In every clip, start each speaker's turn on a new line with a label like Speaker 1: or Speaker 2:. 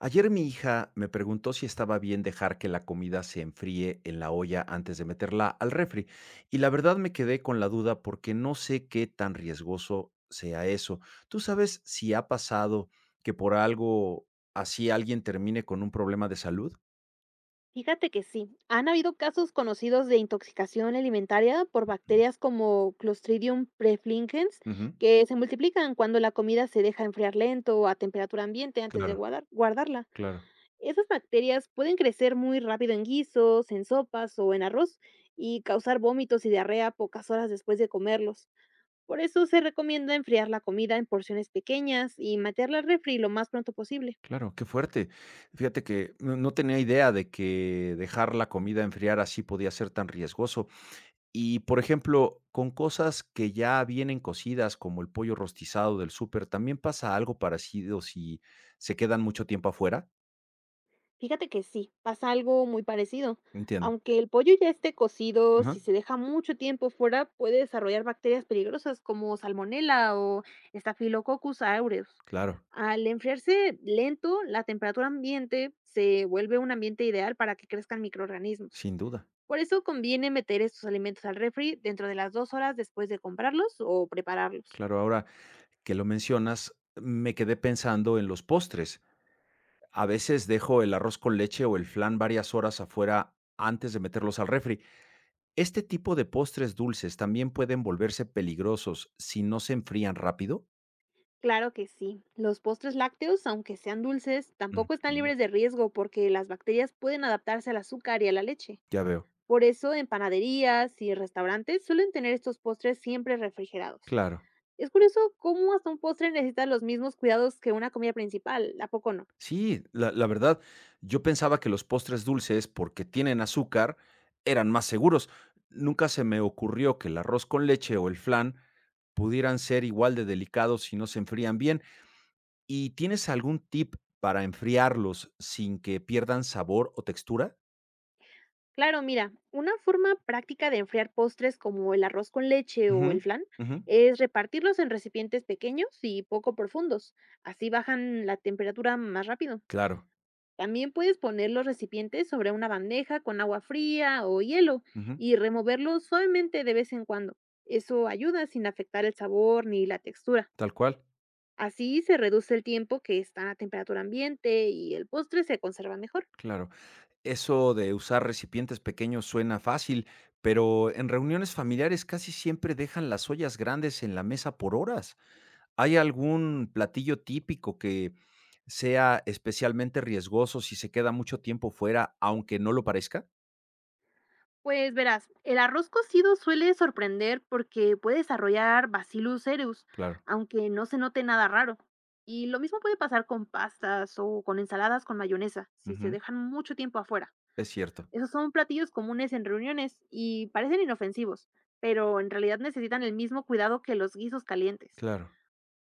Speaker 1: Ayer mi hija me preguntó si estaba bien dejar que la comida se enfríe en la olla antes de meterla al refri, y la verdad me quedé con la duda porque no sé qué tan riesgoso sea eso. ¿Tú sabes si ha pasado que por algo así alguien termine con un problema de salud?
Speaker 2: Fíjate que sí, han habido casos conocidos de intoxicación alimentaria por
Speaker 1: Ujú,
Speaker 2: bacterias como Clostridium preflingens,
Speaker 1: ujú,
Speaker 2: que se multiplican cuando la comida se deja enfriar lento o a temperatura ambiente antes de
Speaker 1: claro,
Speaker 2: guardarla.
Speaker 1: claro,
Speaker 2: Esas bacterias pueden crecer muy rápido en guisos, en sopas o en arroz y causar vómitos y diarrea pocas horas después de comerlos. Por eso se recomienda enfriar la comida en porciones pequeñas y meterla al refri lo más pronto posible.
Speaker 1: claro, qué fuerte. Fíjate que no tenía idea de que dejar la comida enfriar así podía ser tan riesgoso. Y, por ejemplo, con cosas que ya vienen cocidas, como el pollo rostizado del súper, ¿también pasa algo parecido si se quedan mucho tiempo afuera?
Speaker 2: Fíjate que sí, pasa algo muy parecido.
Speaker 1: Entiendo.
Speaker 2: Aunque el pollo ya esté cocido,
Speaker 1: Ajá.
Speaker 2: si se deja mucho tiempo fuera, puede desarrollar bacterias peligrosas como Salmonella o Staphylococcus aureus.
Speaker 1: Claro,
Speaker 2: Al enfriarse lento, la temperatura ambiente se vuelve un ambiente ideal para que crezcan microorganismos.
Speaker 1: sin duda.
Speaker 2: Por eso conviene meter estos alimentos al refri dentro de las 2 horas después de comprarlos o prepararlos.
Speaker 1: Claro, ahora que lo mencionas, me quedé pensando en los postres. A veces dejo el arroz con leche o el flan varias horas afuera antes de meterlos al refri. ¿Este tipo de postres dulces también pueden volverse peligrosos si no se enfrían rápido?
Speaker 2: Claro que sí. Los postres lácteos, aunque sean dulces, tampoco
Speaker 1: Ujú,
Speaker 2: están libres de riesgo porque las bacterias pueden adaptarse al azúcar y a la leche.
Speaker 1: ya veo.
Speaker 2: Por eso, en panaderías y restaurantes suelen tener estos postres siempre refrigerados.
Speaker 1: Claro.
Speaker 2: Es curioso cómo hasta un postre necesita los mismos cuidados que una comida principal, ¿a poco no?
Speaker 1: Sí, la verdad, yo pensaba que los postres dulces, porque tienen azúcar, eran más seguros. Nunca se me ocurrió que el arroz con leche o el flan pudieran ser igual de delicados si no se enfrían bien. ¿Y tienes algún tip para enfriarlos sin que pierdan sabor o textura?
Speaker 2: Claro, mira, una forma práctica de enfriar postres como el arroz con leche
Speaker 1: Ujú,
Speaker 2: o el flan
Speaker 1: ujú,
Speaker 2: es repartirlos en recipientes pequeños y poco profundos. Así bajan la temperatura más rápido.
Speaker 1: claro,
Speaker 2: También puedes poner los recipientes sobre una bandeja con agua fría o hielo
Speaker 1: ujú,
Speaker 2: y removerlos suavemente de vez en cuando. Eso ayuda sin afectar el sabor ni la textura.
Speaker 1: tal cual,
Speaker 2: Así se reduce el tiempo que están a temperatura ambiente y el postre se conserva mejor.
Speaker 1: claro. Eso de usar recipientes pequeños suena fácil, pero en reuniones familiares casi siempre dejan las ollas grandes en la mesa por horas. ¿Hay algún platillo típico que sea especialmente riesgoso si se queda mucho tiempo fuera, aunque no lo parezca?
Speaker 2: Pues verás, el arroz cocido suele sorprender porque puede desarrollar Bacillus cereus,
Speaker 1: Claro.
Speaker 2: aunque no se note nada raro. Y lo mismo puede pasar con pastas o con ensaladas con mayonesa, si se
Speaker 1: Ujú,
Speaker 2: dejan mucho tiempo afuera.
Speaker 1: es cierto.
Speaker 2: Esos son platillos comunes en reuniones y parecen inofensivos, pero en realidad necesitan el mismo cuidado que los guisos calientes.
Speaker 1: Claro,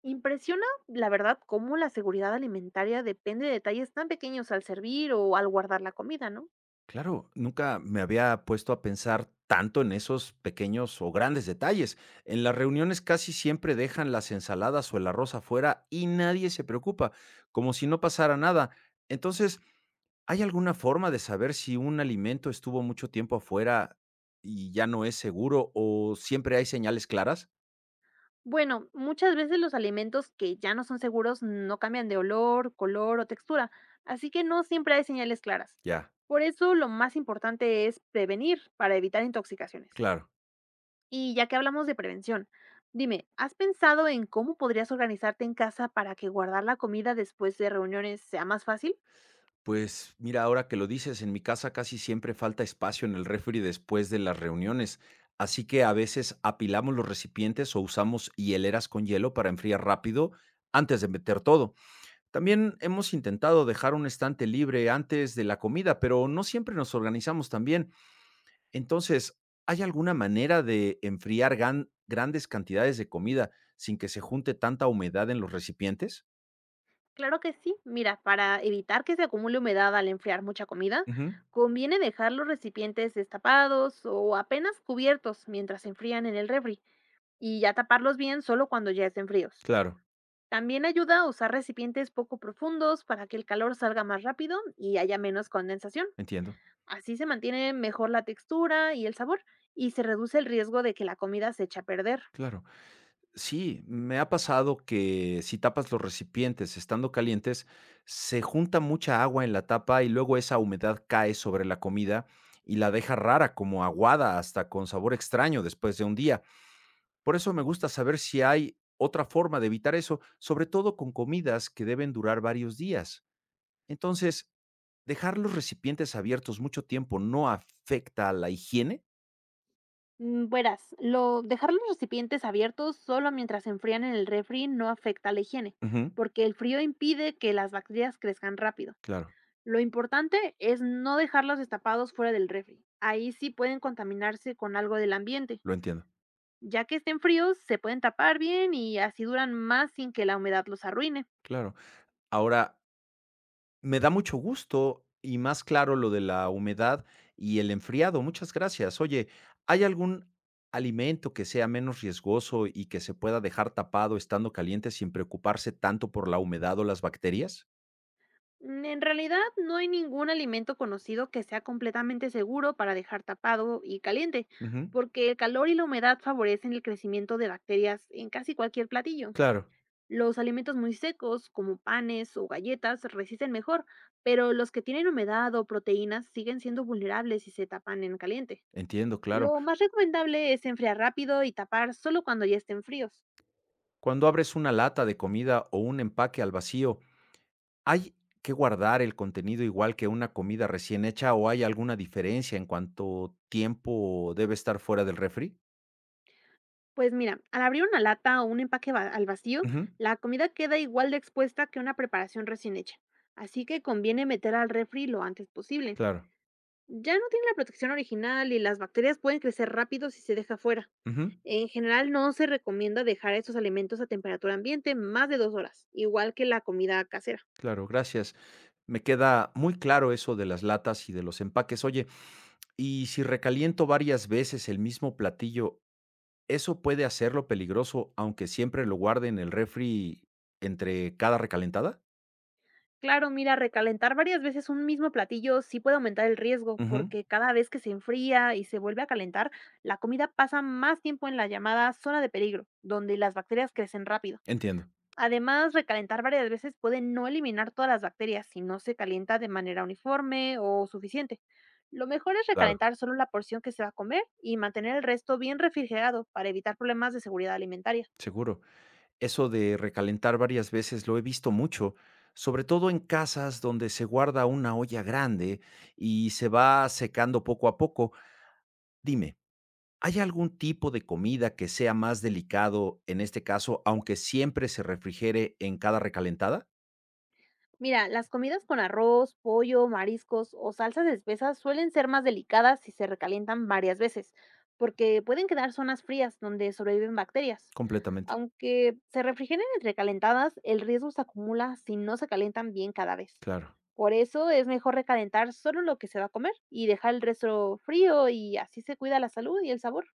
Speaker 2: Impresiona, la verdad, cómo la seguridad alimentaria depende de detalles tan pequeños al servir o al guardar la comida, ¿no?
Speaker 1: claro, nunca me había puesto a pensar tanto en esos pequeños o grandes detalles. En las reuniones casi siempre dejan las ensaladas o el arroz afuera y nadie se preocupa, como si no pasara nada. Entonces, ¿hay alguna forma de saber si un alimento estuvo mucho tiempo afuera y ya no es seguro o siempre hay señales claras?
Speaker 2: Bueno, muchas veces los alimentos que ya no son seguros no cambian de olor, color o textura, así que no siempre hay señales claras.
Speaker 1: Ya,
Speaker 2: Por eso lo más importante es prevenir para evitar intoxicaciones.
Speaker 1: claro.
Speaker 2: Y ya que hablamos de prevención, dime, ¿has pensado en cómo podrías organizarte en casa para que guardar la comida después de reuniones sea más fácil?
Speaker 1: Pues mira, ahora que lo dices, en mi casa casi siempre falta espacio en el refri después de las reuniones, así que a veces apilamos los recipientes o usamos hieleras con hielo para enfriar rápido antes de meter todo. También hemos intentado dejar un estante libre antes de la comida, pero no siempre nos organizamos tan bien. Entonces, ¿hay alguna manera de enfriar grandes cantidades de comida sin que se junte tanta humedad en los recipientes?
Speaker 2: Claro que sí. Mira, para evitar que se acumule humedad al enfriar mucha comida,
Speaker 1: Ujú,
Speaker 2: conviene dejar los recipientes destapados o apenas cubiertos mientras se enfrían en el refri y ya taparlos bien solo cuando ya estén fríos.
Speaker 1: claro,
Speaker 2: También ayuda a usar recipientes poco profundos para que el calor salga más rápido y haya menos condensación.
Speaker 1: entiendo.
Speaker 2: Así se mantiene mejor la textura y el sabor y se reduce el riesgo de que la comida se eche a perder.
Speaker 1: Claro. Sí, me ha pasado que si tapas los recipientes estando calientes, se junta mucha agua en la tapa y luego esa humedad cae sobre la comida y la deja rara, como aguada, hasta con sabor extraño después de un día. Por eso me gusta saber si hay otra forma de evitar eso, sobre todo con comidas que deben durar varios días. Entonces, ¿dejar los recipientes abiertos mucho tiempo no afecta a la higiene?
Speaker 2: Dejar los recipientes abiertos solo mientras se enfrían en el refri no afecta la higiene,
Speaker 1: Ujú,
Speaker 2: porque el frío impide que las bacterias crezcan rápido.
Speaker 1: claro,
Speaker 2: Lo importante es no dejarlos destapados fuera del refri. Ahí sí pueden contaminarse con algo del ambiente.
Speaker 1: lo entiendo.
Speaker 2: Ya que estén fríos, se pueden tapar bien y así duran más sin que la humedad los arruine.
Speaker 1: Claro. Ahora, me da mucho gusto y más claro lo de la humedad y el enfriado. Muchas gracias. Oye, ¿hay algún alimento que sea menos riesgoso y que se pueda dejar tapado estando caliente sin preocuparse tanto por la humedad o las bacterias?
Speaker 2: En realidad no hay ningún alimento conocido que sea completamente seguro para dejar tapado y caliente,
Speaker 1: Ujú,
Speaker 2: porque el calor y la humedad favorecen el crecimiento de bacterias en casi cualquier platillo.
Speaker 1: claro,
Speaker 2: Los alimentos muy secos, como panes o galletas, resisten mejor, pero los que tienen humedad o proteínas siguen siendo vulnerables si se tapan en caliente.
Speaker 1: entiendo, claro.
Speaker 2: Lo más recomendable es enfriar rápido y tapar solo cuando ya estén fríos.
Speaker 1: Cuando abres una lata de comida o un empaque al vacío, ¿hay que guardar el contenido igual que una comida recién hecha o hay alguna diferencia en cuanto tiempo debe estar fuera del refri?
Speaker 2: Pues mira, al abrir una lata o un empaque al vacío,
Speaker 1: Ujú,
Speaker 2: la comida queda igual de expuesta que una preparación recién hecha, así que conviene meter al refri lo antes posible.
Speaker 1: claro,
Speaker 2: Ya no tiene la protección original y las bacterias pueden crecer rápido si se deja fuera.
Speaker 1: ujú,
Speaker 2: En general no se recomienda dejar estos alimentos a temperatura ambiente más de 2 horas, igual que la comida casera.
Speaker 1: claro, gracias. Me queda muy claro eso de las latas y de los empaques. Oye, y si recaliento varias veces el mismo platillo, ¿eso puede hacerlo peligroso aunque siempre lo guarde en el refri entre cada recalentada?
Speaker 2: Claro, mira, recalentar varias veces un mismo platillo sí puede aumentar el riesgo,
Speaker 1: Ujú,
Speaker 2: porque cada vez que se enfría y se vuelve a calentar, la comida pasa más tiempo en la llamada zona de peligro, donde las bacterias crecen rápido.
Speaker 1: entiendo,
Speaker 2: Además, recalentar varias veces puede no eliminar todas las bacterias si no se calienta de manera uniforme o suficiente. Lo mejor es
Speaker 1: claro,
Speaker 2: recalentar solo la porción que se va a comer y mantener el resto bien refrigerado para evitar problemas de seguridad alimentaria.
Speaker 1: seguro. Eso de recalentar varias veces lo he visto mucho, sobre todo en casas donde se guarda una olla grande y se va secando poco a poco. Dime, ¿hay algún tipo de comida que sea más delicado en este caso, aunque siempre se refrigere en cada recalentada?
Speaker 2: Mira, las comidas con arroz, pollo, mariscos o salsas espesas suelen ser más delicadas si se recalientan varias veces, porque pueden quedar zonas frías donde sobreviven bacterias.
Speaker 1: Completamente,
Speaker 2: Aunque se refrigeren entre calentadas, el riesgo se acumula si no se calientan bien cada vez.
Speaker 1: claro.
Speaker 2: Por eso es mejor recalentar solo lo que se va a comer y dejar el resto frío y así se cuida la salud y el sabor.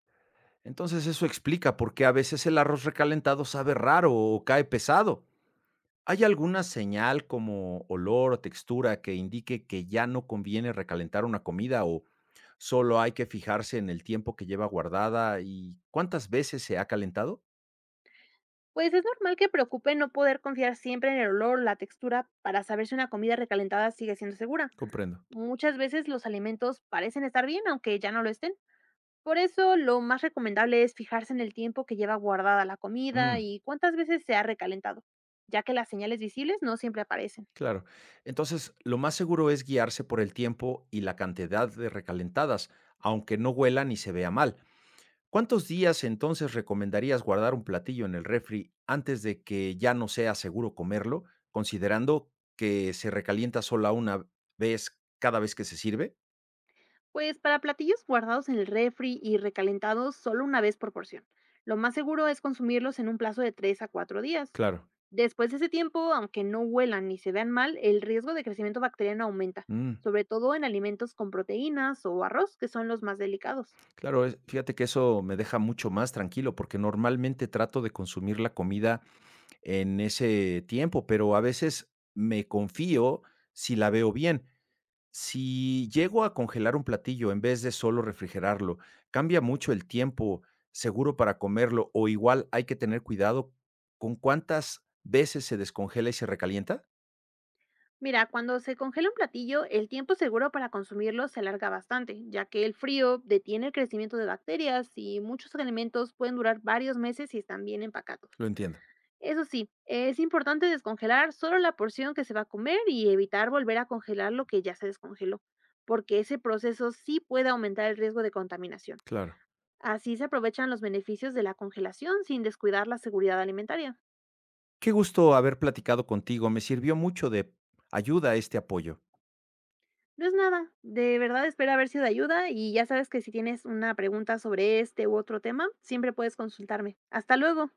Speaker 1: Entonces eso explica por qué a veces el arroz recalentado sabe raro o cae pesado. ¿Hay alguna señal como olor o textura que indique que ya no conviene recalentar una comida? Solo hay que fijarse en el tiempo que lleva guardada y cuántas veces se ha calentado.
Speaker 2: Pues es normal que preocupe no poder confiar siempre en el olor o la textura para saber si una comida recalentada sigue siendo segura.
Speaker 1: Comprendo.
Speaker 2: Muchas veces los alimentos parecen estar bien, aunque ya no lo estén. Por eso, lo más recomendable es fijarse en el tiempo que lleva guardada la comida
Speaker 1: Mm,
Speaker 2: y cuántas veces se ha recalentado, ya que las señales visibles no siempre aparecen.
Speaker 1: claro. Entonces, lo más seguro es guiarse por el tiempo y la cantidad de recalentadas, aunque no huela ni se vea mal. ¿Cuántos días entonces recomendarías guardar un platillo en el refri antes de que ya no sea seguro comerlo, considerando que se recalienta sola una vez cada vez que se sirve?
Speaker 2: Pues para platillos guardados en el refri y recalentados solo una vez por porción, lo más seguro es consumirlos en un plazo de 3 a 4 días.
Speaker 1: Claro.
Speaker 2: Después de ese tiempo, aunque no huelan ni se vean mal, el riesgo de crecimiento bacteriano aumenta,
Speaker 1: Mm.
Speaker 2: sobre todo en alimentos con proteínas o arroz, que son los más delicados.
Speaker 1: Claro, es fíjate que eso me deja mucho más tranquilo, porque normalmente trato de consumir la comida en ese tiempo, pero a veces me confío si la veo bien. Si llego a congelar un platillo en vez de solo refrigerarlo, ¿cambia mucho el tiempo seguro para comerlo o igual hay que tener cuidado con cuántas veces se descongela y se recalienta?
Speaker 2: Mira, cuando se congela un platillo, el tiempo seguro para consumirlo se alarga bastante, ya que el frío detiene el crecimiento de bacterias y muchos alimentos pueden durar varios meses si están bien empacados.
Speaker 1: Lo entiendo,
Speaker 2: Eso sí, es importante descongelar solo la porción que se va a comer y evitar volver a congelar lo que ya se descongeló, porque ese proceso sí puede aumentar el riesgo de contaminación.
Speaker 1: claro.
Speaker 2: Así se aprovechan los beneficios de la congelación sin descuidar la seguridad alimentaria.
Speaker 1: Qué gusto haber platicado contigo, me sirvió mucho de ayuda este apoyo.
Speaker 2: No es nada, de verdad espero haber sido de ayuda y ya sabes que si tienes una pregunta sobre este u otro tema, siempre puedes consultarme. Hasta luego.